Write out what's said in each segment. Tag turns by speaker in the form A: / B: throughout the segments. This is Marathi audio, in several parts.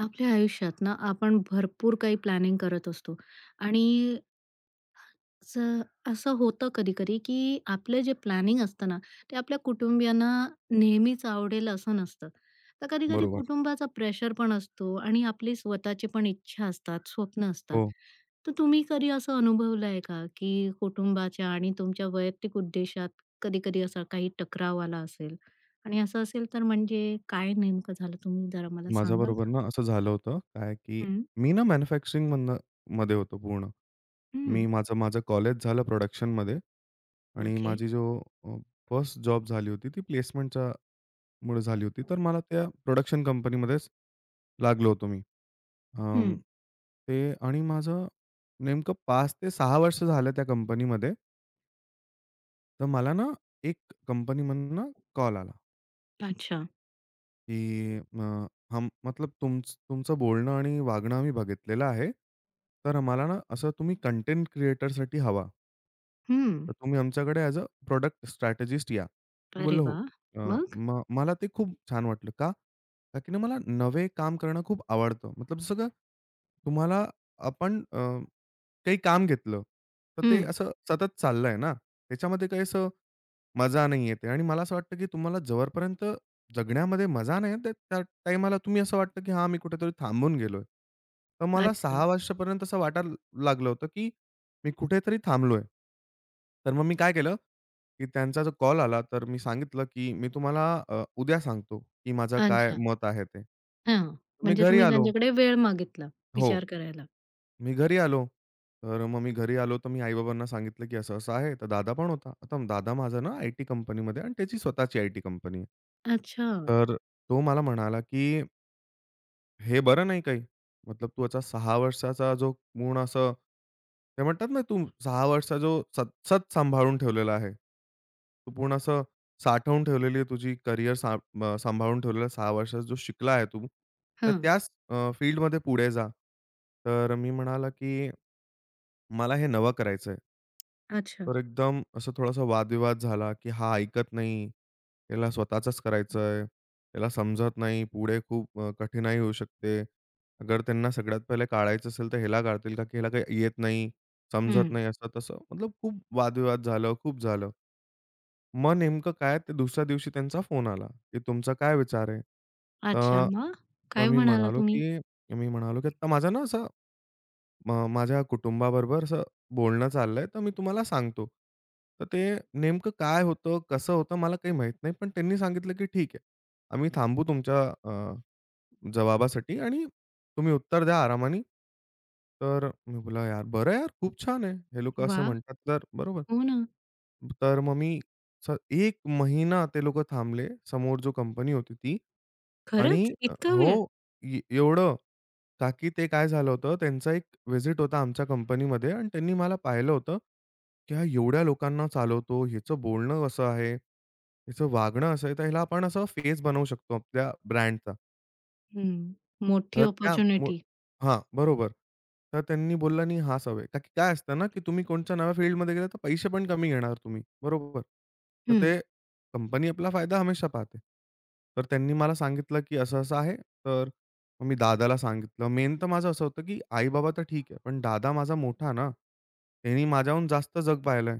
A: आपल्या आयुष्यात ना आपण भरपूर काही प्लॅनिंग करत असतो आणि स- असं होतं कधी कधी की आपलं जे प्लॅनिंग असतं ना ते आपल्या कुटुंबियांना नेहमीच आवडेल असं नसतं. तर कधी कधी
B: बरोबर.
A: कुटुंबाचा प्रेशर पण असतो आणि आपली स्वतःची पण इच्छा असतात स्वप्न असतात.
B: हो.
A: तर तुम्ही कधी असं अनुभवलं आहे का की कुटुंबाच्या आणि तुमच्या वैयक्तिक उद्देशात कधी कधी असा काही टकराव आला असेल आणि असं असेल तर म्हणजे काय नेमकं झालं तुम्ही जरा मला सांगाल
B: माझ्याबरोबर
A: का?
B: ना असं झालं होतं काय, की
A: हम्म.
B: मी ना मध्ये होतो पूर्ण. मी माझं माझं कॉलेज झालं प्रोडक्शनमध्ये आणि
A: ओके.
B: माझी जो फर्स्ट जॉब झाली होती ती प्लेसमेंटच्या मुळे झाली होती. तर मला त्या प्रोडक्शन कंपनीमध्येच लागलो होतो मी. अं,
A: हं.
B: ते आणि माझं नेमकं 5 ते 6 वर्ष झालं त्या कंपनीमध्ये. तर मला ना एक कंपनीमधनं कॉल आला.
A: अच्छा.
B: की हम मतलब तुमचं बोलणं आणि वागणं आम्ही बघितलेलं आहे. तर आम्हाला ना असं तुम्ही कंटेंट क्रिएटरसाठी हवा.
A: हं.
B: तर तुम्ही आमच्याकडे ॲज अ प्रॉडक्ट स्ट्रॅटेजिस्ट या. मी
A: अरे
B: बोललो, "हो."
A: वाह!
B: अ,
A: मग?
B: मला ते खूप छान वाटलं. का? का की ना मला नवे काम करणं खूप आवडतं. मतलब जसं का तुम्हाला आपण काही काम घेतलं, तर ते
A: हं.
B: असं सतत चाललंय ना. त्याच्यामध्ये काही असं मजा नाही येते आणि मला असं वाटतं, की तुम्हाला जोपर्यंत जगण्यामध्ये मजा नाही येत, त्या टाईमाला तुम्ही असं वाटतं, की हां, मी कुठेतरी थांबून गेलोय. तर मला
A: अच्छा.
B: 6 वाजतापर्यंत असं वाटायला लागलं होतं, की मी कुठेतरी थांबलोय. तर मग मी काय केलं, की त्यांचा जो कॉल आला, तर मी सांगितलं, की "मी तुम्हाला उद्या सांगतो, की माझं काय
A: अच्छा.
B: मत आहे ते."
A: हां.
B: मी
A: म्हणजे
B: घरी
A: तुम्ही
B: आलो.
A: त्यांच्याकडे वेळ मागितला
B: हो.
A: विचार करायला.
B: मी घरी आलो. तर मग मी घरी आलो, तर मी आई-बाबांना सांगितलं, की असं-असं आहे. तर दादा पण होता. आता दादा माझा ना आय-टी कंपनीमध्ये आणि त्याची स्वतःची आय-टी कंपनी आहे.
A: अच्छा.
B: तर तो मला म्हणाला, की "हे बरं नाही काही. मतलब तू याचा 6 वर्षाचा जो पूर्ण असं" ते म्हणतात ना, तू 6 वर्षाचा जो सत सत सांभाळून ठेवलेला आहे. तू पूर्ण असं साठवून ठेवलेली आहे तुझी सांभाळून ठेवलेला 6 वर्षाचा जो शिकला आहे तू, तर
A: हां.
B: त्याच फील्डमध्ये पुढे जा." तर मी म्हणाला, की मला हे नवं करायचंय.
A: अच्छा.
B: तर एकदम असं थोडासा वादविवाद झाला, की हा ऐकत नाही. त्याला स्वतःचंच करायचंय. त्याला समजत नाही. पुढे खूप कठीणाई होऊ शकते. अगर त्यांना सगळ्यात पहिले काढायचं असेल, तर ह्याला काढतील का, की ह्याला काही येत नाही, समजत
A: हं.
B: नाही, असं-तसं. मतलब खूप वादविवाद झालं, खूप झालं. मग नेमकं काय, ते दुसऱ्या दिवशी त्यांचा फोन आला, की तुमचा काय विचार आहे?
A: अच्छा.
B: तर
A: मग?
B: तर
A: काय
B: मी
A: म्हणाला
B: म्हणालो,
A: तुम्ही?
B: की मी म्हणालो, की "आता माझा ना असा मग माझ्या कुटुंबाबरोबर असं बोलणं चाललंय, तर मी तुम्हाला सांगतो. तर ते नेमकं काय होतं, कसं होतं मला काही माहीत नाही. पण त्यांनी सांगितलं, की "ठीक आहे. आम्ही थांबू तुमच्या अ, जवाबासाठी आणि तुम्ही उत्तर द्या आरामाने." तर मी बोलला, "यार बरं यार, खूप छान आहे. हे लोकं असं
A: वाह!
B: म्हणतात तर बरोबर."
A: हो ना.
B: तर मग मी 1 महिना ते लोकं थांबले. समोर जो कंपनी होती ती. आणि
A: खरंच? इतका
B: हो,
A: वेळ?
B: एवढं का की ते काय झालं होतं, त्यांचा एक व्हिजिट होता आमच्या कंपनीमध्ये आणि त्यांनी मला पाहिलं होतं, की हा एवढ्या लोकांना चालवतो, ह्याचं बोलणं कसं आहे, ह्याचं वागणं असं आहे, तर ह्याला आपण असा फेस बनवू शकतो आपल्या ब्रँडचा.
A: हं. मोठी
B: तर त्या मु
A: अपॉर्च्युनिटी.
B: हां, बरोबर. तर त्यांनी बोलला नाही हाच हवे. का की काय असतं ना, की तुम्ही कोणच्या नव्या फील्डमध्ये गेला तर पैसे पण कमी घेणार तुम्ही, बरोबर. तर
A: हं.
B: ते कंपनी आपला फायदा हमेशा पाहते. तर त्यांनी मला सांगितलं, की असं-असं आहे. तर मग मी दादाला सांगितलं. मेन तर माझं असं होतं, की आई-बाबा तर ठीक आहे. पण दादा माझा मोठा ना, त्यांनी माझ्याहून जास्त जग पाहिलंय.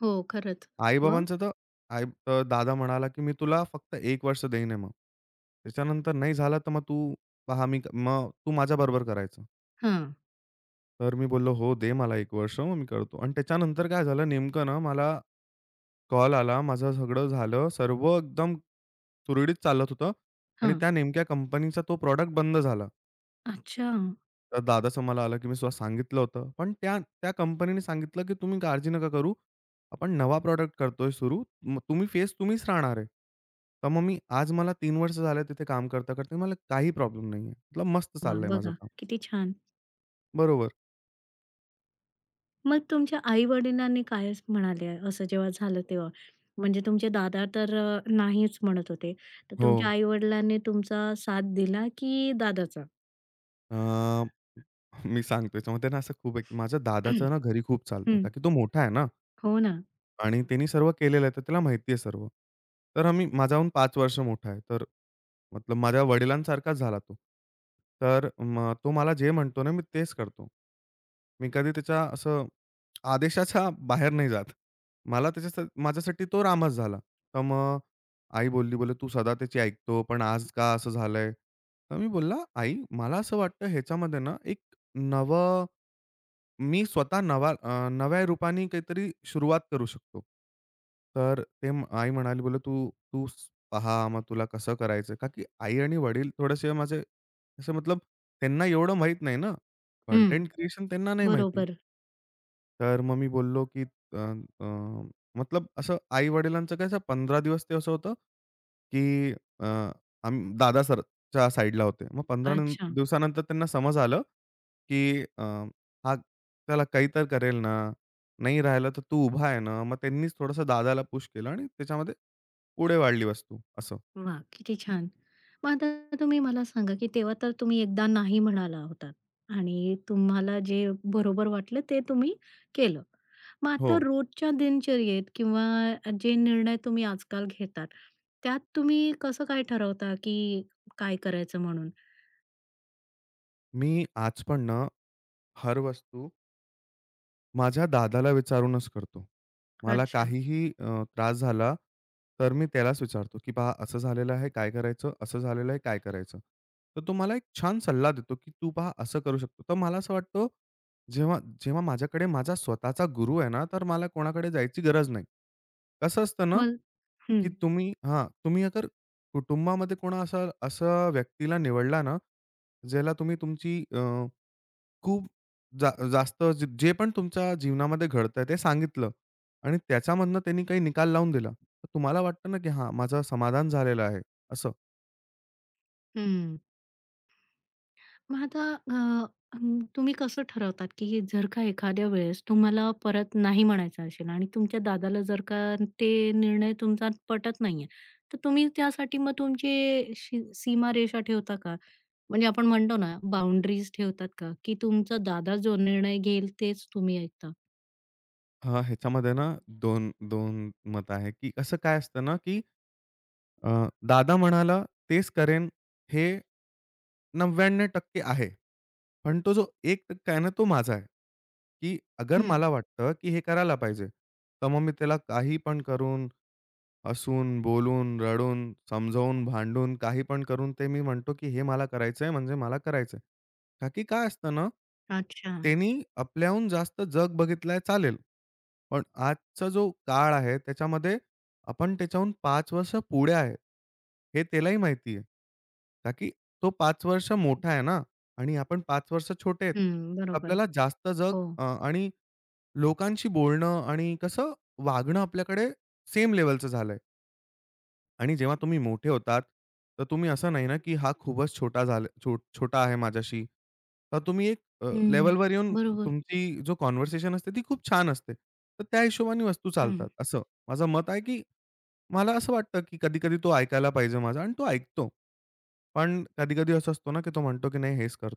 A: हो, खरंच. मग?
B: आई-बाबांचं तर आई अ, दादा म्हणाला, की "मी तुला फक्त 1 वर्ष देईन आहे मग. त्याच्यानंतर नाही झालं तर मग तू माझ्याबरोबर करायचं."
A: हां.
B: तर मी बोललो, "हो, दे मला 1 वर्ष मग मी करतो." आणि त्याच्यानंतर काय झालं नेमकं ना मला कॉल आला. माझं सगळं झालं. सर्व एकदम सुरळीत चालत होतं आणि
A: हां.
B: त्या नेमक्या कंपनीचा तो प्रॉडक्ट बंद झाला.
A: अच्छा.
B: तर दादाचं मला आलं, की मी स्वतः सांगितलं होतं. पण त्या त्या कंपनीने सांगितलं, की "तुम्ही काळजी नका करू. आपण नवा प्रॉडक्ट करतोय सुरू. मग तुम्ही फेस तुम्हीच राहणार आहे." तर मग मी आज मला 3 वर्ष झाले तिथे काम करता-करता. मला काही प्रॉब्लेम नाही आहे. मतलब मस्त
A: वाह!
B: चाललंय माझं
A: बघा
B: काम.
A: किती छान.
B: बरोबर.
A: मग तुमच्या आई-वडिलांनी काय म्हणाले असं जेव्हा झालं तेव्हा? म्हणजे तुमचे दादा तर नाहीच म्हणत होते. तर
B: हो.
A: तुमच्या आई-वडिलांनी तुमचा साथ दिला की दादाचा?
B: अ, मी सांगतो याच्यामध्ये ना असं खूप आहे, की माझ्या
A: हं.
B: दादाचं ना घरी खूप चालतं. का की तो मोठा आहे ना.
A: हो ना.
B: आणि त्यांनी सर्व केलेलं आहे, तर त्याला माहिती आहे सर्व. तर आम्ही माझ्याहून 5 वर्ष मोठा आहे. तर मतलब माझ्या वडिलांसारखाच झाला तो. तर मग तो मला जे म्हणतो ना, मी तेच करतो. मी कधी त्याच्या असं आदेशाच्या बाहेर नाही जात. मला त्याच्यासा माझ्यासाठी तो रामच झाला. तर मग आई बोलली, "बोले तू सदा त्याची ऐकतो, पण आज का असं झालंय?" तर मी बोलला, "आई, मला असं वाटतं ह्याच्यामध्ये ना एक नवं" मी स्वतः नवा नव्या रूपाने काहीतरी सुरुवात करू शकतो. तर आई म्हणाली, "बोलले तू तू स- पहा, मग तुला कसं करायचं?" का की आई आणि वडील थोडेसे माझे असं मतलब त्यांना एवढं माहीत नाही ना.
A: हं.
B: कंटेंट क्रिएशन त्यांना नाही माहिती.
A: बरोबर.
B: तर मग मी बोललो, की अ, अ, मतलब असं आई-वडिलांचं कसं 15 दिवस ते असं होतं, की अ, आम्ही दादा सरच्या साइडला होते. मग 15
A: अच्छा.
B: दिवसानंतर त्यांना समज आलं की हा त्याला काही तर करेल ना, नाही राहिलं तर तू उभा आहे ना. मग त्यांनीच थोडंसं दादाला पुश केलं आणि त्याच्यामध्ये पुढे वाढली वस्तू असं.
A: वा, किती छान. मग आता तुम्ही मला सांगा, की तेव्हा तर तुम्ही एकदा नाही म्हणाला होतात आणि तुम्हाला जे बरोबर वाटलं ते तुम्ही केलं. मग आता
B: हो.
A: रोजच्या दिनचर्येत किंवा जे निर्णय तुम्ही आजकाल घेतात, त्यात तुम्ही कसं काय ठरवता, की काय करायचं म्हणून?
B: मी आज पण ना हर वस्तू माझ्या दादाला विचारूनच करतो. मला
A: अच्छा.
B: काहीही त्रास झाला, तर मी त्यालाच विचारतो, की "पहा असं झालेलं आहे, काय करायचं? असं झालेलं आहे, काय करायचं?" तर तो मला एक छान सल्ला देतो, की "तू पहा असं करू शकतो." तर मला असं वाटतं, जेव्हा जेव्हा माझ्याकडे माझा स्वतःचा गुरु आहे ना, तर मला कोणाकडे जायची गरज नाही. कसं असतं ना,
A: मग हं.
B: की तुम्ही हां, तुम्ही अगर कुटुंबामध्ये कोणा असा असा व्यक्तीला निवडला ना, ज्याला तुम्ही तुमची खूप जास्त जे जे पण तुमच्या जीवनामध्ये घडतंय ते सांगितलं आणि त्याच्यामधनं त्यांनी काही निकाल लावून दिला. तर तुम्हाला वाटतं ना, की हां, माझं समाधान झालेलं आहे, असं?
A: हं. मग आता अ, तुम्ही कसं ठरवतात, की जर का एखाद्या वेळेस तुम्हाला परत नाही म्हणायचं असेल आणि तुमच्या दादाला जर का ते निर्णय तुमचा पटत नाहीये, तर तुम्ही त्यासाठी मग तुमची सीमारेषा ठेवता का? म्हणजे आपण म्हणतो ना, बाउंडरीज ठेवतात का? की तुमचा दादा जो निर्णय घेईल तेच तुम्ही ऐकता?
B: हां, ह्याच्यामध्ये ना दोन 2 मत आहे, की असं काय असतं ना, की अ, दादा म्हणाला तेच करेन हे 99% आहे. पण तो जो 1% आहे ना, तो माझा आहे, की अगर
A: हं.
B: मला वाटतं, की हे करायला पाहिजे, तर मग मी त्याला काही पण करून हसून, बोलून, रडून, समजावून, भांडून, काही पण करून ते मी म्हणतो, की हे मला करायचंय म्हणजे मला करायचंय. का की काय असतं ना,
A: अच्छा.
B: त्यांनी आपल्याहून जास्त जग बघितलंय चालेल. पण आजचा जो काळ आहे त्याच्यामध्ये आपण त्याच्याहून 5 वर्ष पुढे आहे. हे त्यालाही माहिती आहे. का की तो 5 वर्ष मोठा आहे ना आणि आपण 5 वर्ष छोटे आहेत.
A: हं. बरोबर.
B: आपल्याला जास्त जग
A: हो.
B: आणि लोकांशी बोलणं आणि कसं वागणं आपल्याकडे सेम लेव्हलचं झालंय. आणि जेव्हा तुम्ही मोठे होतात, तर तुम्ही असं नाही ना, की हा खूपच छोटा झाला छोटा आहे माझ्याशी. तर तुम्ही एक
A: हं.
B: लेव्हलवर येऊन
A: बरोबर.
B: तुमची जो कन्व्हर्सेशन असते ती खूप छान असते. तर त्या हिशोबाने वस्तू
A: हं.
B: चालतात. असं माझं मत आहे, की मला असं वाटतं, की कधी-कधी तो ऐकायला पाहिजे माझा आणि तो ऐकतो. पण कधी-कधी असं असतो ना, की तो म्हणतो, की "नाही हेच कर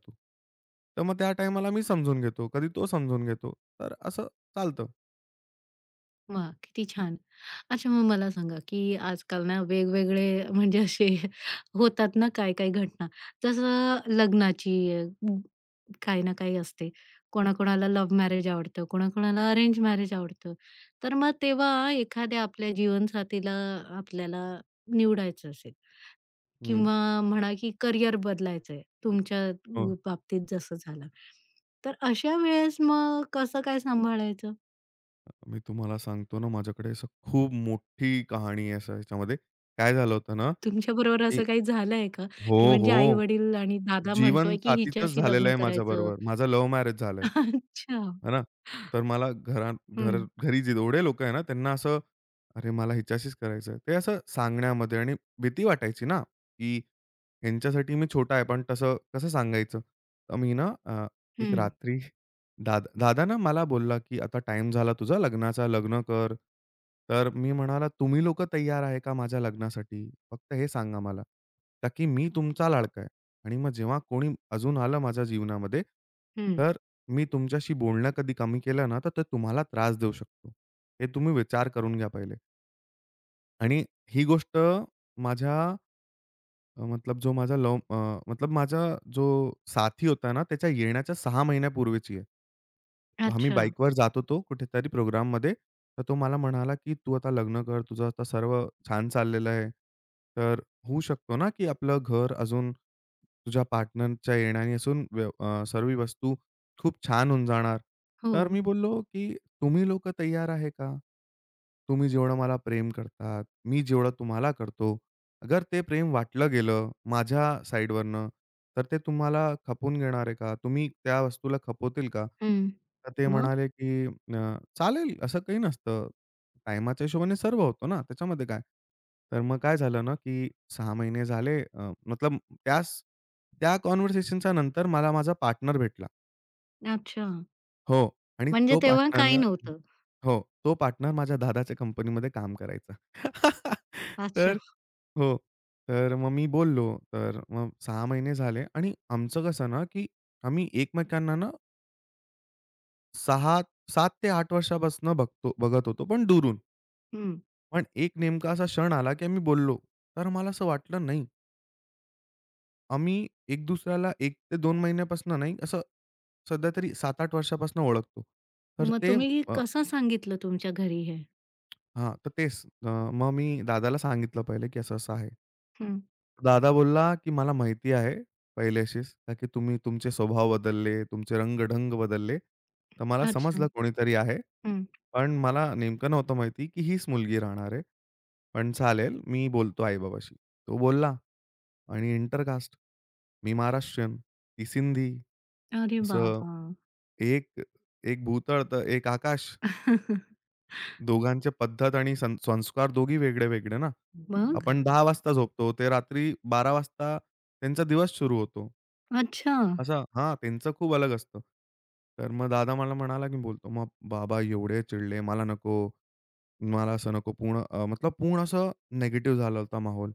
B: तर मग त्या टाईमाला मी समजून घेतो. कधी तो समजून घेतो. तर असं चालतं.
A: वाह! किती छान. अच्छा, मग मला सांगा, की आजकाल ना वेगवेगळे म्हणजे असे होतात ना काही-काही घटना. जसं लग्नाची ग- काही ना काही असते. कोणाकोणाला लव्ह मॅरेज आवडतं, कोणाकोणाला अरेंज मॅरेज आवडतं. तर मग तेव्हा एखाद्या आपल्या जीवनसाथीला आपल्याला निवडायचं असेल
B: हं.
A: किंवा म्हणा की करियर बदलायचंय तुमच्या
B: हो.
A: बाबतीत जसं झालं. तर अशा वेळेस मग कसं काय सांभाळायचं?
B: मी तुम्हाला सांगतो ना, माझ्याकडे असं खूप मोठी कहाणी आहे असं याच्यामध्ये. काय झालं होतं ना,
A: तुमच्याबरोबर
B: की
A: असं काही झालंय का?
B: हो,
A: की म्हणजे
B: हो.
A: आई-वडील आणि दादा
B: जीवन
A: म्हणतोय, की
B: साथीचंच
A: हिच्याशी
B: झालेलं
A: लग्न
B: आहे
A: करायचं?
B: माझ्याबरोबर. माझं लव्ह मॅरेज झालंय.
A: अच्छा.
B: आहे ना? तर मला घरात
A: हं,
B: घरी जेवढे लोकं आहे ना, त्यांना असं, "अरे, मला हिच्याशीच करायचं आहे." ते असं सांगण्यामध्ये आणि भीती वाटायची ना, की ह्यांच्यासाठी मी छोटा आहे, पण तसं कसं सांगायचं? तर मी ना एक
A: हं,
B: रात्री दादा दादा ना मला बोलला, की "आता टाईम झाला तुझा लग्नाचा, लग्न कर." तर मी म्हणाला, "तुम्ही लोकं तयार आहे का माझ्या लग्नासाठी? फक्त हे सांगा मला, का की मी तुमचा लाडका आहे." आणि मग जेव्हा कोणी अजून आलं माझ्या जीवनामध्ये,
A: हं.
B: तर मी तुमच्याशी बोलणं कधी कमी केलं ना, तर ते तुम्हाला त्रास देऊ शकतो. हे तुम्ही विचार करून घ्या पहिले. आणि ही गोष्ट माझ्या मतलब जो माझा लव्ह मतलब माझा जो साथी होता ना, त्याच्या येण्याच्या 6 महिन्यापूर्वीची आहे. आम्ही
A: अच्छा.
B: बाईकवर जात होतो कुठेतरी प्रोग्राममध्ये. तर तो मला म्हणाला, की "तू आता लग्न कर. तुझं आता सर्व छान चाललेलं आहे. तर होऊ शकतो ना, की आपलं घर अजून तुझ्या पार्टनरच्या येण्याने असून सर्व वस्तू खूप छान होऊन जाणार."
A: हो.
B: तर मी बोललो, की "तुम्ही लोकं तयार आहे का? तुम्ही जेवढं मला प्रेम करतात, मी जेवढं तुम्हाला करतो." अगर ते प्रेम वाटलं गेलं माझ्या साइडवरनं, तर ते तुम्हाला खपून घेणार आहे का? तुम्ही त्या वस्तूला खपवतील का?
A: हं.
B: तर ते
A: मग?
B: म्हणाले, की "चालेल, असं काही नसतं. टायमाच्या हिशोबाने सर्व होतो ना, त्याच्यामध्ये काय?" तर मग काय झालं ना, की 6 महिने झाले मतलब त्याच त्या कन्व्हर्सेशनच्या नंतर मला माझा पार्टनर भेटला.
A: अच्छा.
B: हो आणि
A: म्हणजे
B: तो
A: तेव्हा काही
B: पार्टनर
A: नव्हतं.
B: हो. तो पार्टनर माझ्या दादाच्या कंपनीमध्ये काम करायचा. तर
A: अच्छा.
B: हो. तर मग मी बोललो. तर मग 6 महिने झाले आणि आमचं कसं ना, की आम्ही एकमेकांना ना 6 7 ते 8 वर्षापासून बघत होतो, पण दुरून.
A: हं.
B: पण एक नेमका असा क्षण आला, की आम्ही बोललो. तर मला असं वाटलं नाही. आम्ही एक दुसऱ्याला 1 ते 2 महिन्यापासून नाही, असं सध्या तरी 7-8 वर्षापासून ओळखतो. तर
A: मग
B: ते
A: तुम्ही कसं सांगितलं तुमच्या घरी हे?
B: हां. तर तेच. मग मी दादाला सांगितलं पहिले, की असं-असं आहे.
A: हं.
B: दादा बोलला, की "मला माहिती आहे पहिल्याशीच, का की तुम्ही तुमचे स्वभाव बदलले, तुमचे रंग-ढंग बदलले. तर मला
A: अच्छा.
B: समजलं कोणीतरी आहे.
A: हं.
B: पण मला नेमकं नव्हतं माहिती, की हीच मुलगी राहणार आहे. पण चालेल, मी बोलतो आई-बाबाशी." तो बोलला आणि इंटरकास्ट. मी महाराष्ट्रीयन, ती सिंधी,
A: अरे
B: असं
A: बाबा!
B: एक एक भूतळ तर एक आकाश. दोघांच्या पद्धत आणि संस्कार दोघी वेगळे-वेगळे ना.
A: मग?
B: आपण 10:00 वाजता झोपतो, ते रात्री 12:00 वाजता त्यांचा दिवस सुरू होतो.
A: अच्छा.
B: असं हां, त्यांचं खूप अलग असतं. तर मग दादा मला म्हणाला, की बोलतो, "मग बाबा एवढे चिडले, मला नको." मला असं नको पूर्ण मतलब पूर्ण असं निगेटिव्ह झाला होता माहोल.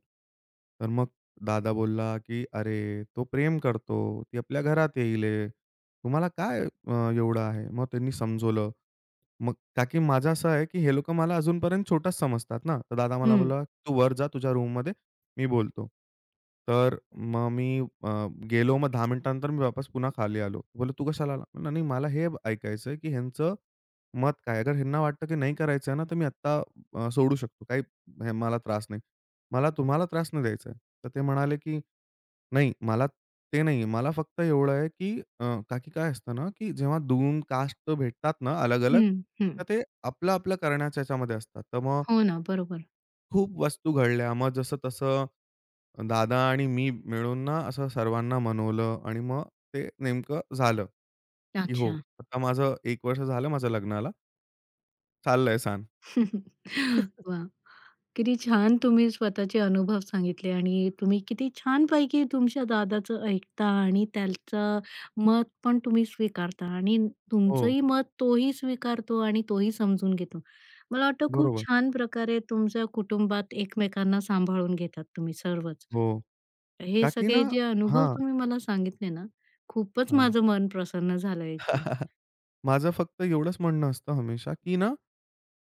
B: तर मग दादा बोलला, की "अरे, तो प्रेम करतो. ती आपल्या घरात येईल आहे. तुम्हाला काय एवढं आहे?" मग त्यांनी समजवलं. मग का की माझं असं आहे, की हे लोकं मला अजूनपर्यंत छोटाच समजतात ना. तर दादा मला
A: हं,
B: बोलला, "तू वर जा तुझ्या रूममध्ये. मी बोलतो." तर मग मी गेलो. मग 10 मिनिटानंतर मी वापस पुन्हा खाली आलो. बोललो, "तू कशाला आला?" म्हणला, "नाही, मला हे ऐकायचं आहे, की ह्यांचं" मत काय? अगर ह्यांना वाटतं की नाही करायचं आहे ना, तर मी आत्ता सोडू शकतो. काही हे मला त्रास नाही. मला तुम्हाला त्रास नाही द्यायचा आहे. तर ते म्हणाले की "नाही, मला ते नाही मला फक्त एवढं आहे की का की काय असतं ना, की जेव्हा 2 कास्ट भेटतात ना अलग-अलग,
A: हं, हं.
B: तर ते आपलं-आपलं करण्याच्या ह्याच्यामध्ये असतात. तर मग
A: हो ना, बरोबर.
B: खूप वस्तू घडल्या. मग जसं-तसं दादा आणि मी मिळून ना असं सर्वांना मनवलं आणि मग ते नेमकं झालं, की हो.
A: अच्छा.
B: आता माझं 1 वर्ष झालं माझ्या लग्नाला. चाललंय सांग."
A: वाह! किती छान तुम्ही स्वतःचे अनुभव सांगितले आणि तुम्ही किती छानपैकी तुमच्या दादाचं ऐकता आणि त्याचं मत पण तुम्ही स्वीकारता आणि
B: हो.
A: तुमचंही मत तोही स्वीकारतो आणि तोही समजून घेतो. मला वाटतं खूप
B: बरोबर.
A: छान प्रकारे तुमच्या कुटुंबात एकमेकांना सांभाळून घेतात तुम्ही सर्वच.
B: हो.
A: हे
B: का की ना
A: सगळे जे अनुभव
B: हां,
A: तुम्ही मला सांगितले ना, खूपच
B: हां.
A: माझं मन प्रसन्न झालं ऐकून.
B: माझं फक्त एवढंच म्हणणं असतं हमेशा, की ना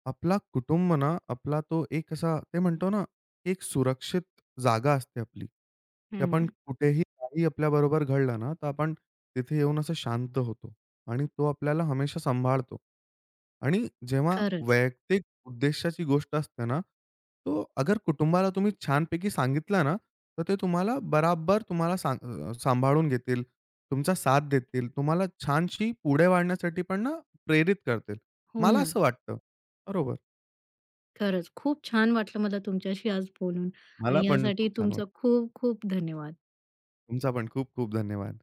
B: आपला कुटुंब ना, आपला तो एक असा ते म्हणतो ना, एक सुरक्षित जागा असते आपली, की आपण
A: हं.
B: कुठेही काही आपल्याबरोबर घडलं ना, तर आपण तिथे येऊन असं शांत होतो आणि तो आपल्याला हमेशा सांभाळतो. आणि जेव्हा
A: खरंच.
B: वैयक्तिक उद्देशाची गोष्ट असते ना, तो अगर कुटुंबाला तुम्ही छानपैकी सांगितलं ना, तर ते तुम्हाला बराबर सांभाळून घेतील, तुमचा साथ देतील, तुम्हाला छानशी पुढे वाढण्यासाठी पण ना, प्रेरित करतील.
A: हो
B: मला
A: ना.
B: असं वाटतं. बरोबर.
A: खरंच खूप छान वाटलं मला तुमच्याशी आज बोलून
B: मला
A: आणि
B: पण
A: यासाठी
B: खूप छान
A: तुमचा
B: वाटलं.
A: खूप खूप धन्यवाद.
B: तुमचा पण खूप खूप धन्यवाद.